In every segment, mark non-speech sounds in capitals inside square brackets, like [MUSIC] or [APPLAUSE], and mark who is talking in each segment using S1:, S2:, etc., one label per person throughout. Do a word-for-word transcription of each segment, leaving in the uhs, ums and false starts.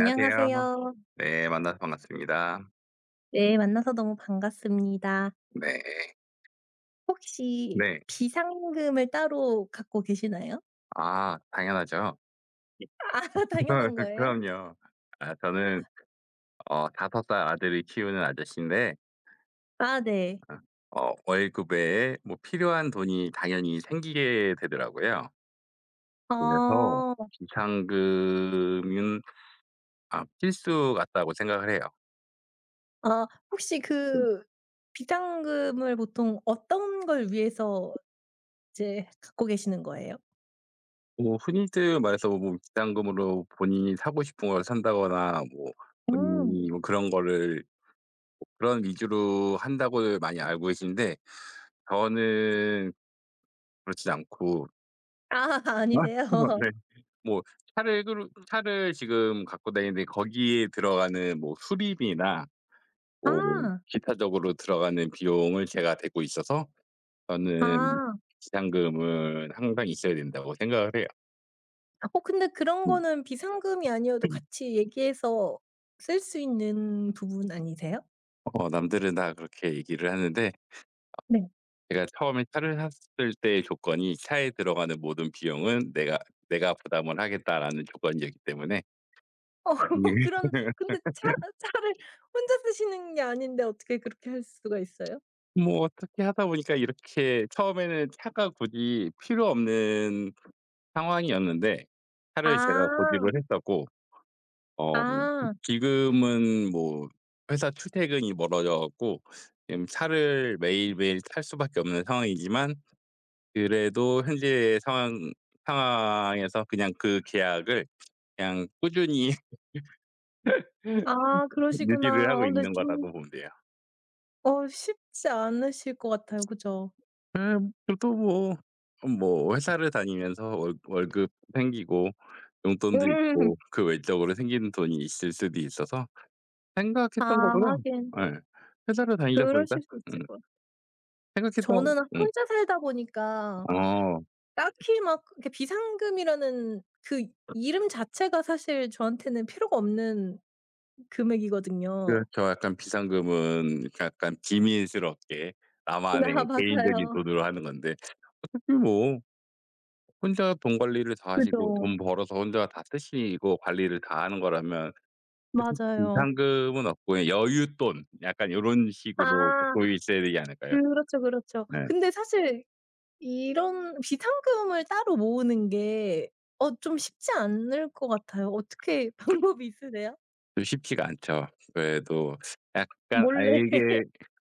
S1: 안녕하세요. 네. 만나서 반갑습니다.
S2: 네, 만나서 너무 반갑습니다.
S1: 네.
S2: 혹시
S1: 네.
S2: 비상금을 따로 갖고 계시나요?
S1: 아 당연하죠.
S2: 아 [LAUGHS] 당연한
S1: [LAUGHS]
S2: 거예요?
S1: 그럼요. 아 저는 어 다섯 살 아들을 키우는 아저씨인데
S2: 아 네.
S1: 어 월급 에 뭐 필요한 돈이 당연히 생기게 되더라고요. 그래서
S2: 어.
S1: 비상금은 아 필수 같다고 생각을 해요.
S2: 아 혹시 그 비상금을 보통 어떤 걸 위해서 이제 갖고 계시는 거예요?
S1: 뭐 흔히들 말해서 뭐 비상금으로 본인이 사고 싶은 걸 산다거나 뭐
S2: 음.
S1: 본인이 뭐 그런 거를 그런 위주로 한다고 많이 알고 계신데 저는 그렇지 않고
S2: 아 [LAUGHS]
S1: 아
S2: 아니세요?
S1: [UNINTELLIGIBLE]
S2: [LAUGHS]
S1: 네. 뭐 차를 끌 차를 지금 갖고 다니는데 거기에 들어가는 뭐 수리비나 뭐
S2: 아.
S1: 기타적으로 들어가는 비용을 제가 대고 있어서 저는
S2: 아.
S1: 비상금은 항상 있어야 된다고 생각을 해요.
S2: 어 근데 그런
S1: 음.
S2: 거는 비상금이 아니어도 같이 얘기해서 쓸 수 있는 부분 아니세요?
S1: 어 남들은 다 그렇게 얘기를 하는데
S2: 네.
S1: 제가 처음에 차를 샀을 때의 조건이 차에 들어가는 모든 비용은 내가 내가 부담을 하겠다라는 조건이었기 때문에
S2: 어 [LAUGHS]
S1: 예.
S2: 그런 근데 차 차를 혼자 쓰시는 게 아닌데 어떻게 그렇게 할 수가 있어요?
S1: 뭐 어떻게 하다 보니까 이렇게 처음에는 차가 굳이 필요 없는 상황이었는데 차를 제가
S2: 아.
S1: 고집을 했었고 어
S2: 아.
S1: 지금은 뭐 회사 출퇴근이 멀어져 갖고 지금 차를 매일매일 탈 수밖에 없는 상황이지만 그래도 현재의 상황 상황에서 그냥 그 계약을 그냥 꾸준히
S2: 아
S1: 유지를
S2: 그러시구나.
S1: 하고
S2: 어 근데
S1: 있는
S2: 좀
S1: 거라고 보면 돼요.
S2: 어 쉽지 않으실 것 같아요. 그죠?
S1: 음, 또 뭐 뭐 회사를 다니면서 월 월급 생기고 용돈도
S2: 음.
S1: 있고 그 외적으로 생기는 돈이 있을 수도 있어서
S2: 아
S1: 생각했던 거보다
S2: 하긴
S1: 예, 회사를 다니다 보니까
S2: 그러실 수
S1: 음
S2: 있을 것 같아요.
S1: 생각했던
S2: 저는
S1: 음
S2: 혼자 살다 보니까
S1: 어
S2: 딱히 막 이렇게 비상금이라는 그 이름 자체가 사실 저한테는 필요가 없는 금액이거든요.
S1: 그렇죠. 약간 비상금은 약간 비밀스럽게
S2: [LAUGHS]
S1: 나만의
S2: 아
S1: 개인적인
S2: 맞아요.
S1: 돈으로 하는 건데 어차피 뭐 혼자 돈 관리를 다 하시고
S2: 그죠.
S1: 돈 벌어서 혼자 다 쓰시고 관리를 다 하는 거라면 그죠.
S2: 맞아요.
S1: 비상금은 없고 여윳돈 약간 요런 식으로
S2: 아.
S1: 갖고 있어야 되지 않을까요?
S2: 그렇죠, 그렇죠.
S1: 네.
S2: 근데 사실 이런 비상금을 따로 모으는 게 어 좀 쉽지 않을 것 같아요. 어떻게 [LAUGHS] 방법이 있으세요?
S1: 좀 쉽지가 않죠. 그래도 약간
S2: 몰래.
S1: 알게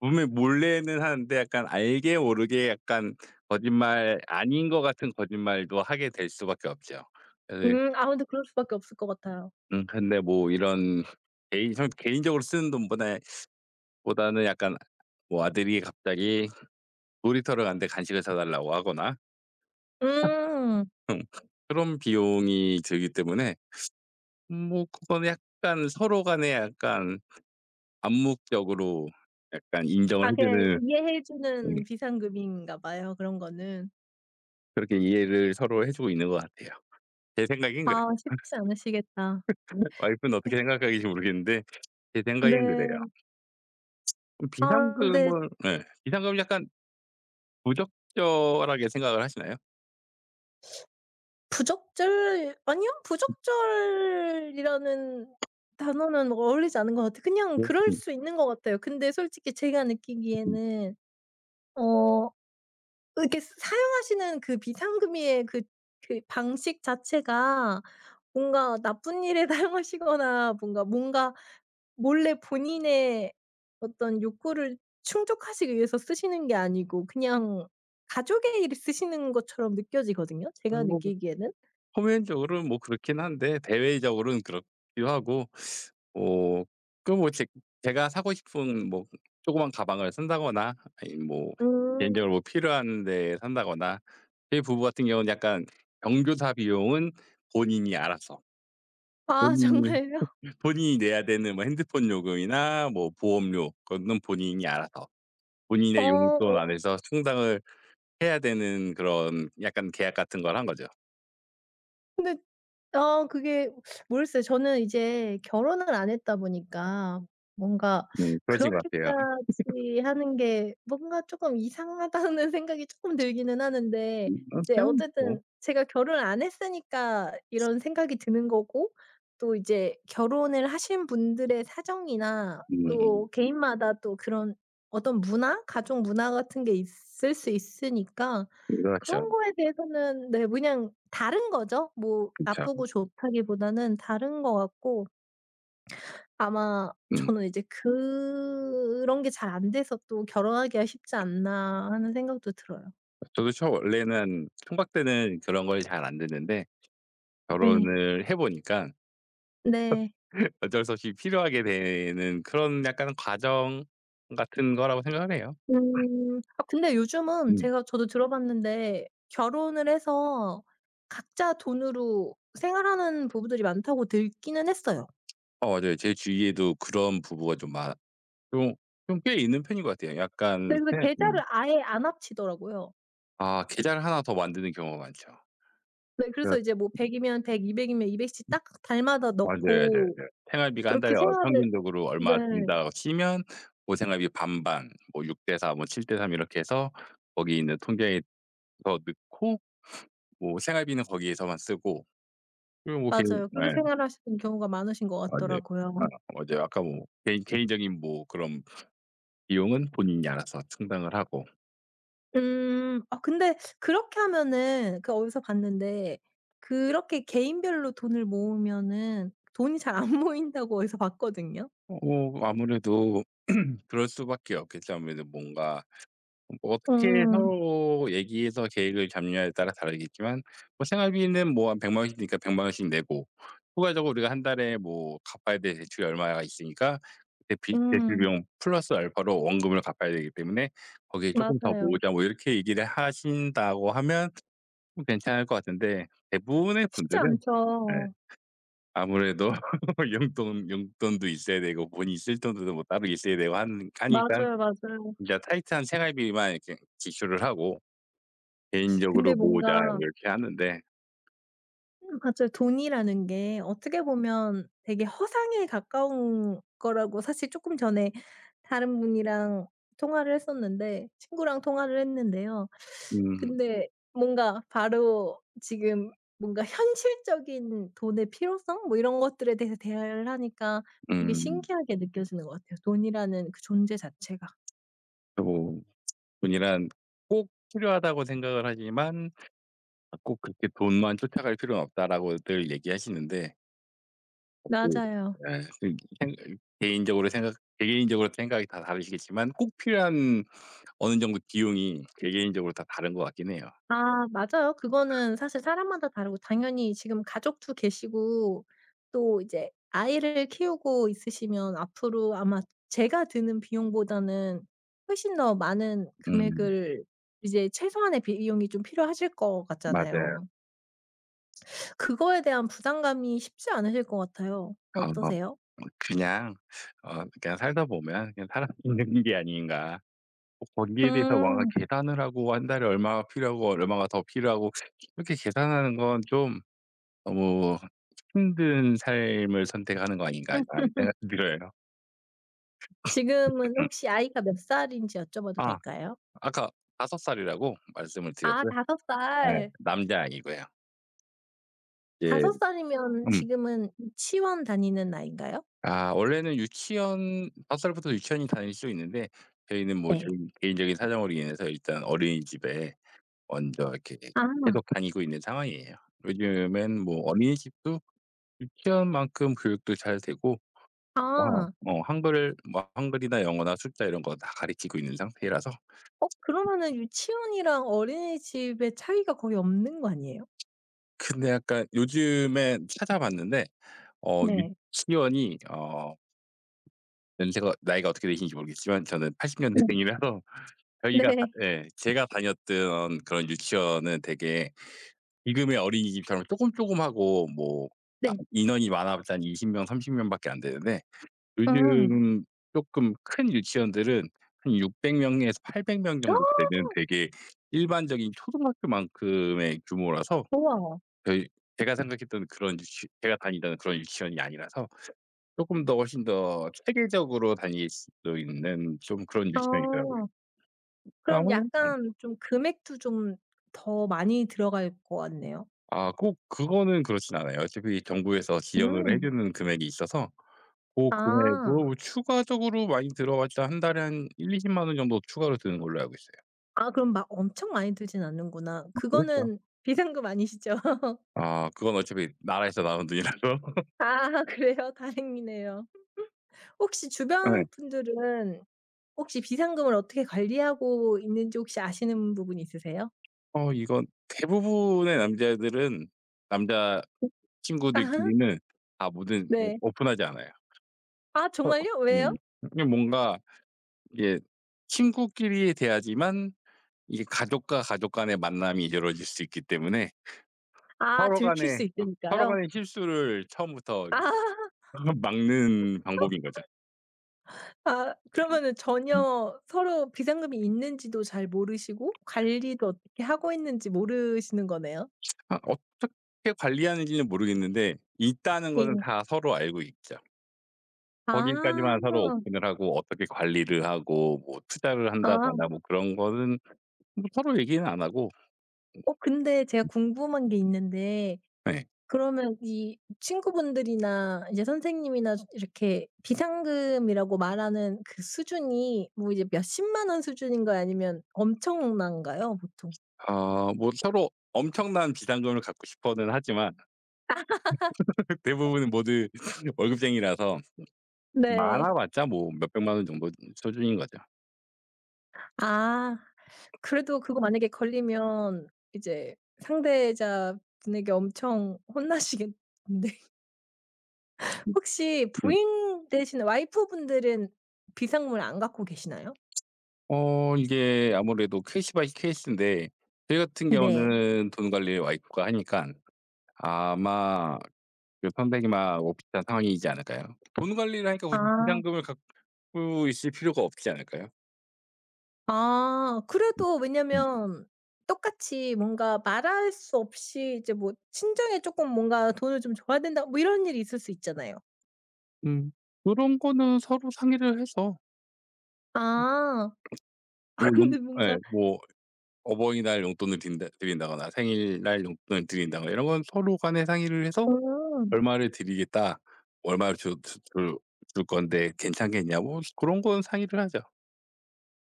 S1: 분명히 몰래는 하는데 약간 알게 모르게 약간 거짓말 아닌 것 같은 거짓말도 하게 될 수밖에 없죠. 그래서
S2: 음 아 근데 그럴 수밖에 없을 것 같아요.
S1: 음 근데 뭐 이런 개인 선 개인적으로 쓰는 돈보다 보다는 약간 뭐 아들이 갑자기 놀이터를 갔는데 간식을 사 달라고 하거나
S2: 음.
S1: 음 그런 비용이 들기 때문에 음 뭐 그건 약간 서로 간에 약간 암묵적으로 약간 인정을
S2: 아
S1: 해
S2: 그냥
S1: 주는
S2: 이해해
S1: 음
S2: 주는 비상금인가 봐요, 그런 거는.
S1: 그렇게 이해를 서로 해 주고 있는 것 같아요. 제 생각엔
S2: 아
S1: 그래요.
S2: 쉽지
S1: [LAUGHS]
S2: 않으시겠다.
S1: 와이프는 어떻게 생각하실지 모르겠는데 제 생각엔 그래요.
S2: 네.
S1: 그럼
S2: 아, 근데
S1: 비상금은 예. 비상금은 약간 부적절하게 생각을 하시나요?
S2: 부적절 아니요. 부적절이라는 단어는 어울리지 않은 것 같아요. 그냥 그럴 수 있는 것 같아요. 근데 솔직히 제가 느끼기에는 어 이렇게 사용하시는 그 비상금의 그 그 방식 자체가 뭔가 나쁜 일에 [LAUGHS] 사용하시거나 뭔가, 뭔가 몰래 본인의 어떤 욕구를 충족하시기 위해서 쓰시는 게 아니고 그냥 가족의 일에 쓰시는 것처럼 느껴지거든요, 제가 느끼기에는.
S1: 표면적으로는 뭐 그렇긴 한데 대외적으로는 그렇기도 하고 어 그 뭐 제 제가 사고 싶은 뭐 조그만 가방을 산다거나 아니면 뭐
S2: 음.
S1: 개인적으로 뭐 필요한 데 산다거나 저희 부부 같은 경우는 약간 경조사 비용은 본인이 알아서
S2: 아
S1: 본인이
S2: 정말요? [LAUGHS]
S1: 본인이 내야 되는 뭐 핸드폰 요금이나 뭐 보험료 그거는 본인이 알아서
S2: 어
S1: 본인의 용돈
S2: 어
S1: 안에서 충당을 해야 되는 그런 약간 계약 같은 걸 한 거죠.
S2: 아 그게 모르겠어요. 저는 이제 결혼을 안 했다 보니까 뭔가
S1: 음, 그러신 것 같아요.
S2: 그렇게까지 하는 게 뭔가 쪼끔 이상하다는 [LAUGHS] 생각이 쪼끔 들기는 하는데
S1: 음.
S2: 이제
S1: [UNINTELLIGIBLE] 네.
S2: 어쨌든 제가 결혼을 안 했으니까 이런 생각이 드는 거고 또 이제 결혼을 하신 분들의 사정이나
S1: 음. 음, 음,
S2: 또 개인마다 또 그런 어떤 문화, 가족 문화 같은 게 있을 수 있으니까
S1: 그렇죠.
S2: 그런 거에 대해서는 네 그냥 다른 거죠. 뭐
S1: 그쵸.
S2: 나쁘고 좋다기보다는 다른 것 같고 아마
S1: 음.
S2: 저는 이제 '그런 게 잘 안 돼서 또 결혼하기가 쉽지 않나.' 하는 생각도 들어요.
S1: 저도 처 원래는 총각 때는 그런 걸 잘 안 듣는데
S2: 네.
S1: 결혼을 해 보니까
S2: 네.
S1: [LAUGHS] 어쩔 수 없이 필요하게 되는 그런 약간 과정 같은 거라고 생각을 해요.
S2: 음. 아 근데 요즘은
S1: 음.
S2: 제가 저도 들어봤는데 결혼을 해서 각자 돈으로 생활하는 부부들이 많다고 듣기는 했어요.
S1: 어 맞아요. 제 주위에도 그런 부부가 좀 많 좀 좀 꽤 있는 편인 것 같아요.
S2: 네
S1: 약간
S2: 근데
S1: 생
S2: 그
S1: 음.
S2: 계좌를 아예 안 합치더라고요.
S1: 아, 계좌를 하나 더 만드는 경우가 많죠.
S2: 네
S1: 그
S2: 그래서 이제 뭐 백 이면 백, 이백 이면 이백 씩 딱 달마다
S1: 맞아요, 맞아요.
S2: 넣고
S1: 맞아요. 생활비가 한
S2: 그렇게
S1: 달에 어
S2: 생활을
S1: 평균적으로 얼마
S2: 네.
S1: 든다고 치면 고 생활비 반반 뭐 육 대 사 뭐 칠 대삼 이렇게 해서 거기 있는 통장에 더 넣고 뭐 생활비는 거기에서만 쓰고 그리고 뭐 개인
S2: 맞아요. 그렇게
S1: 예.
S2: 생활하시는 경우가 많으신 것
S1: 맞아요. 아,
S2: 같더라고요.
S1: 맞아요. 아까 뭐 개인 개인적인 뭐 그런 비용은 본인이 알아서 충당을 하고
S2: 음. 아 근데 그렇게 하면은 그 어디서 봤는데 그렇게 개인별로 돈을 모으면은 돈이 잘 안 [LAUGHS] 모인다고 어디서 봤거든요.
S1: 어 뭐 아무래도 그럴 수밖에 없겠죠. 아무래도 뭔가 뭐 어떻게
S2: 음.
S1: 서로 얘기해서 계획을 잡느냐에 따라 다르겠지만 뭐 생활비는 뭐 한 백 영 영 원씩이니까 백만 원씩 내고 추가적으로 우리가 한 달에 뭐 갚아야 될 대출이 얼마가 있으니까 그 비 대출
S2: 음.
S1: 비용 플러스 알파로 원금을 갚아야 되기 때문에 "거기에 조금 더
S2: 맞아요.
S1: 모으자." 뭐 이렇게 얘기를 하신다고 하면 좀 괜찮을 것 같은데 대부분의
S2: 쉽지
S1: 분들은
S2: 않죠.
S1: 예, 아무래도 [LAUGHS] 용돈 용돈도 있어야 되고 본인이 쓸 돈도 뭐 따로 있어야 되고 하는 하니까
S2: 맞아요, 맞아요.
S1: 이제 타이트한 생활비만 이렇게 지출을 하고 개인적으로
S2: 근데
S1: 모으자
S2: 뭔가
S1: 이렇게 하는데
S2: 음 맞아요. 돈이라는 게 어떻게 보면 되게 허상에 가까운 거라고 사실 조금 전에 다른 분이랑 통화를 했었는데 친구랑 통화를 했는데요.
S1: 음
S2: 근데 뭔가 바로 지금 뭔가 현실적인 돈의 필요성 뭐 이런 것들에 대해서 대화를 하니까 되게
S1: 음
S2: 신기하게 느껴지는 것 같아요 돈이라는 그 존재 자체가.
S1: 또 돈이란 꼭 필요하다고 생각을 하지만 아 꼭 그렇게 돈만 쫓아갈 필요는 없다라고 늘 얘기하시는데 그
S2: 맞아요.
S1: 에, 그 개인적으로 생각 개개인적으로 생각이 다 다르시겠지만 꼭 필요한 어느 정도 비용이 개개인적으로 다 다른 것 같긴 해요.
S2: 아 맞아요. 그거는 사실 사람마다 다르고 당연히 지금 가족도 계시고 또 이제 아이를 키우고 있으시면 앞으로 아마 제가 드는 비용보다는 훨씬 더 많은
S1: 음,
S2: 금액을 이제 최소한의 비용이 좀 필요하실 것
S1: 맞아요.
S2: 같잖아요. 그거에 대한 부담감이 쉽지 않으실 것 같아요.
S1: 어
S2: 어떠세요?
S1: 그냥 어 그냥 살다 보면 그냥 살아 있는 [LAUGHS] 게 아닌가. 어 거기에 대해서 뭔가
S2: 음.
S1: 계산을 하고 한 달에 얼마가 필요하고 얼마가 더 필요하고 이렇게 계산하는 건 좀 너무 힘든 삶을 선택하는 거 아닌가 이런 생각이 들어요.
S2: 지금은
S1: 음
S2: 혹시 아이가 몇 살인지 여쭤봐도
S1: 아
S2: 될까요?
S1: 아까 다섯 살이라고 말씀을
S2: 아
S1: 드렸고요.
S2: 다섯
S1: 네.
S2: 살.
S1: 남자아이고요. 이제
S2: 다섯 살이면
S1: 음.
S2: 지금은 유치원 다니는 나이인가요?
S1: 아 원래는 유치원 다섯 살부터 유치원이 다닐 수 있는데 저희는 뭐
S2: 네.
S1: 저희 개인적인 사정으로 인해서 일단 어린이집에 먼저 이렇게
S2: 아.
S1: 계속 다니고 있는 상황이에요. 요즘엔 뭐 어린이집도 유치원 만큼 교육도 잘 되고 와,
S2: 아.
S1: 어 한글 뭐 한글이나 영어나 숫자 이런 거 다 가르치고 있는 상태라서
S2: 어 그러면은 유치원이랑 어린이집의 차이가 거의 없는 거 아니에요?
S1: [LAUGHS] 근데 약간 요즘에 찾아봤는데 어
S2: 네.
S1: 유치원이 어 연세가 나이가 어떻게 되시는지 모르겠지만 저는 팔십
S2: 네.
S1: 년대생이라서 저희가 다
S2: 네.
S1: 예, 제가 다녔던 그런 유치원은 되게 지금의 어린이집처럼 조금조금하고 뭐 아
S2: 네.
S1: 인원이 많아봤자 한 이십 명 삼십 명밖에 안 되는데
S2: 음.
S1: 요즘 쪼끔 큰 유치원들은 한 육백 명에서 팔백 명 정도 되는 되게 일반적인 초등학교만큼의 규모라서
S2: 우와.
S1: 저희 제가 생각했던 그런 유치 제가 다니던 그런 유치원이 아니라서 쪼끔 더 훨씬 더 체계적으로 다닐 수도 있는 좀 그런 유치원이더라고요.
S2: 아. 그럼
S1: 아무래도
S2: 약간 좀 금액도 좀 더 많이 들어갈 것 같네요.
S1: 아 꼭 그거는 그렇진 않아요. 어차피 정부에서 지원을 해
S2: 음.
S1: 주는 금액이 있어서 고
S2: 아.
S1: 금액으로 추가적으로 많이 들어봤자 한 달에 한 일 이십 만 원 정도 추가로 드는 걸로 알고 있어요.
S2: 아 그럼 막 엄청 많이 들진 않는구나.
S1: 그렇죠.
S2: 그거는 [LAUGHS] 비상금 아니시죠?
S1: 아 그건 어차피 나라에서 나온 돈이라서. 예.
S2: 아 그래요? [LAUGHS] 다행이네요. 혹시 주변
S1: [LAUGHS]
S2: 분들은 혹시 비상금을 어떻게 관리하고 있는지 혹시 아시는 부분이 있으세요?
S1: 어 이건 대부분의 남자들은 남자
S2: 아하.
S1: 친구들끼리는 다 뭐든 이렇게
S2: 네.
S1: 오픈하지 않아요.
S2: 아
S1: 어.
S2: 정말요? 왜요?
S1: 음. 이게 뭔가 이게 친구끼리 대하지만 이게 가족과 가족 간의 만남이 이루어질 수 있기 때문에
S2: 아
S1: 서로
S2: 들킬
S1: 간에
S2: 수
S1: 어 서로
S2: 있으니까요?
S1: 간의 실수를 처음부터
S2: 아. [LAUGHS]
S1: [LAUGHS] 막는 방법인 거죠.
S2: 아 그러면은
S1: 음.
S2: 전혀 서로 비상금이 있는지도 잘 모르시고 관리도 어떻게 하고 있는지 모르시는 거네요?
S1: 아, 어떻게 관리하는지는 모르겠는데 있다는 거는
S2: 예.
S1: 다 서로 알고 있죠.
S2: 아.
S1: 거기까지만 서로 오픈을 하고 어떻게 관리를 하고 뭐 투자를
S2: 아.
S1: 한다거나 뭐 그런 거는 뭐 서로 얘기는 안 하고
S2: 어 근데 제가 궁금한 게 있는데
S1: 네.
S2: 그러면 이 친구분들이나 이제 선생님이나 이렇게 비상금이라고 말하는 그 수준이 뭐 이제 몇 십만 원 수준인가요? 아니면 엄청난가요? 보통?
S1: 어 뭐 서로 엄청난 비상금을 갖고 싶어는 하지만 [LAUGHS] 대부분은 모두 [LAUGHS] 월급쟁이라서
S2: 네.
S1: 많아봤자 뭐 몇백만 원 정도 수준인 거죠.
S2: 아 그래도 그거 만약에 걸리면 이제 상대자분에게 엄청 혼나시겠는데 [LAUGHS] 혹시
S1: 음.
S2: 부인 되시는 와이프분들은 비상금을 안 갖고 계시나요?
S1: 어 이게 아무래도 케이스 바이 케이스인데 저희 같은
S2: 네.
S1: 경우는 돈 관리를 와이프가 하니까 아마 그 선배님하고 비슷한 상황이지 않을까요? 돈 관리를 하니까 굳이
S2: 아.
S1: 비상금을 갖고 고 있을 필요가 없지 않을까요?
S2: 아 그래도
S1: 음.
S2: 왜냐면 똑같이 뭔가 말할 수 없이 이제 뭐 친정에 조금 뭔가 돈을 좀 줘야 된다 뭐 이런 일이 있을 수 있잖아요.
S1: 음. 그런 거는 서로 상의를 해서
S2: 아.
S1: 뭐
S2: [LAUGHS]
S1: 용
S2: 근데
S1: 예.
S2: 뭔가
S1: 뭐 어버이날 용돈을 딘다 드린다거나 생일날 용돈을 드린다거나 이런 건 서로 간에 상의를 해서
S2: 어.
S1: "얼마를 드리겠다. 얼마를 주 주 줄 줄 건데 괜찮겠냐?"고 그런 건 상의를 하죠.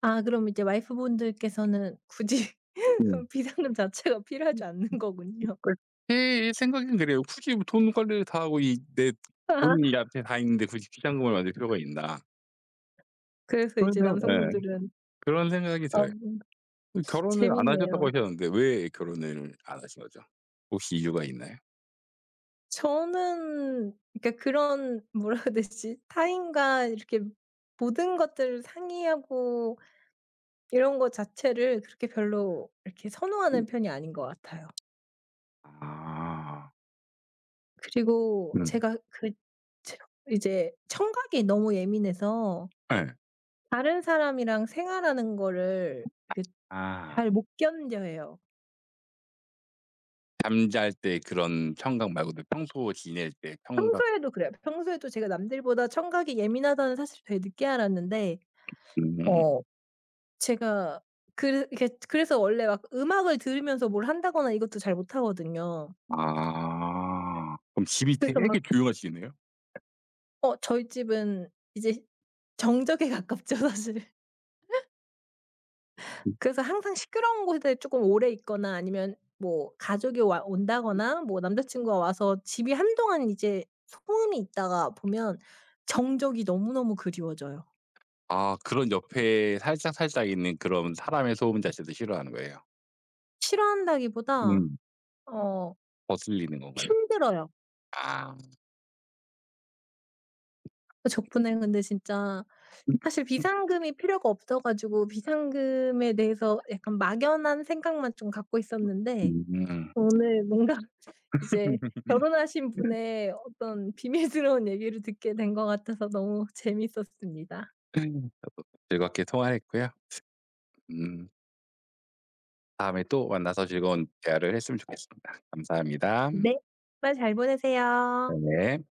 S2: 아 그럼 이제 와이프 분들께서는 굳이 [LAUGHS]
S1: 음.
S2: 비상금 자체가 필요하지 않는 거군요.
S1: [UNINTELLIGIBLE] 제 생각엔 그래요. '굳이 뭐 돈 관리를 다 하고 이 내
S2: [LAUGHS]
S1: 돈이 앞에 다 있는데 굳이 피장금을 만들 필요가 있나.'
S2: 그래서
S1: 그런
S2: 이제
S1: 생각 예.
S2: 남성분들은
S1: 그런 생각이
S2: 아
S1: 들어요.
S2: 음,
S1: 그 결혼을 안 하셨다고
S2: 재밌네요.
S1: 하셨는데 왜 결혼을 안 하신 거죠? 혹시 이유가 있나요?
S2: 저는 그러니까 그런 뭐라 해야 되지 타인과 이렇게 모든 것들을 상의하고 이런 거 자체를 그렇게 별로 이렇게 선호하는 편이 아닌 것 같아요.
S1: 아.
S2: 그리고
S1: 음.
S2: 제가 그 제- 이제 청각이 너무 예민해서
S1: 예.
S2: 다른 사람이랑 생활하는 거를
S1: 아.
S2: 잘 못 견뎌해요.
S1: 잠잘 때 그런 청각 말고도 평소 지낼 때 청각
S2: 평소에도 그래요. 평소에도 제가 남들보다 청각이 예민하다는 사실을 되게 늦게 알았는데
S1: 음.
S2: 어 제가 그래 이렇게 그래서 원래 막 음악을 들으면서 뭘 한다거나 이것도 잘 못하거든요.
S1: 아. 그럼 집이
S2: 그래서
S1: 되게
S2: 막
S1: 조용하시겠네요?
S2: 어 저희 집은 이제 정적에 [LAUGHS] 가깝죠 사실.
S1: 음.
S2: 그래서 항상 시끄러운 곳에 조금 오래 있거나 아니면 뭐 가족이 와 온다거나 뭐 남자 친구가 와서 집이 한동안 이제 소음이 있다가 보면 정적이 너무너무 그리워져요.
S1: 아 그런 옆에 살짝살짝 있는 그런 사람의 소음 자체도 싫어하는 거예요?
S2: 싫어한다기보다
S1: 음.
S2: 어
S1: 거슬리는 건가요?
S2: 힘들어요.
S1: 아.
S2: 그 덕분에 근데 진짜 사실 비상금이 필요가 없어 가지고 비상금에 대해서 약간 막연한 생각만 좀 갖고 있었는데
S1: 음.
S2: 오늘 뭔가 이제
S1: [LAUGHS]
S2: 결혼하신 분의 어떤 비밀스러운 얘기를 듣게 된 것 같아서 너무 재밌었습니다.
S1: 즐겁게 통화했고요. 음. 다음에 또 만나서 즐거운 대화를 했으면 좋겠습니다. 감사합니다.
S2: 네. 주말 잘 보내세요.
S1: 네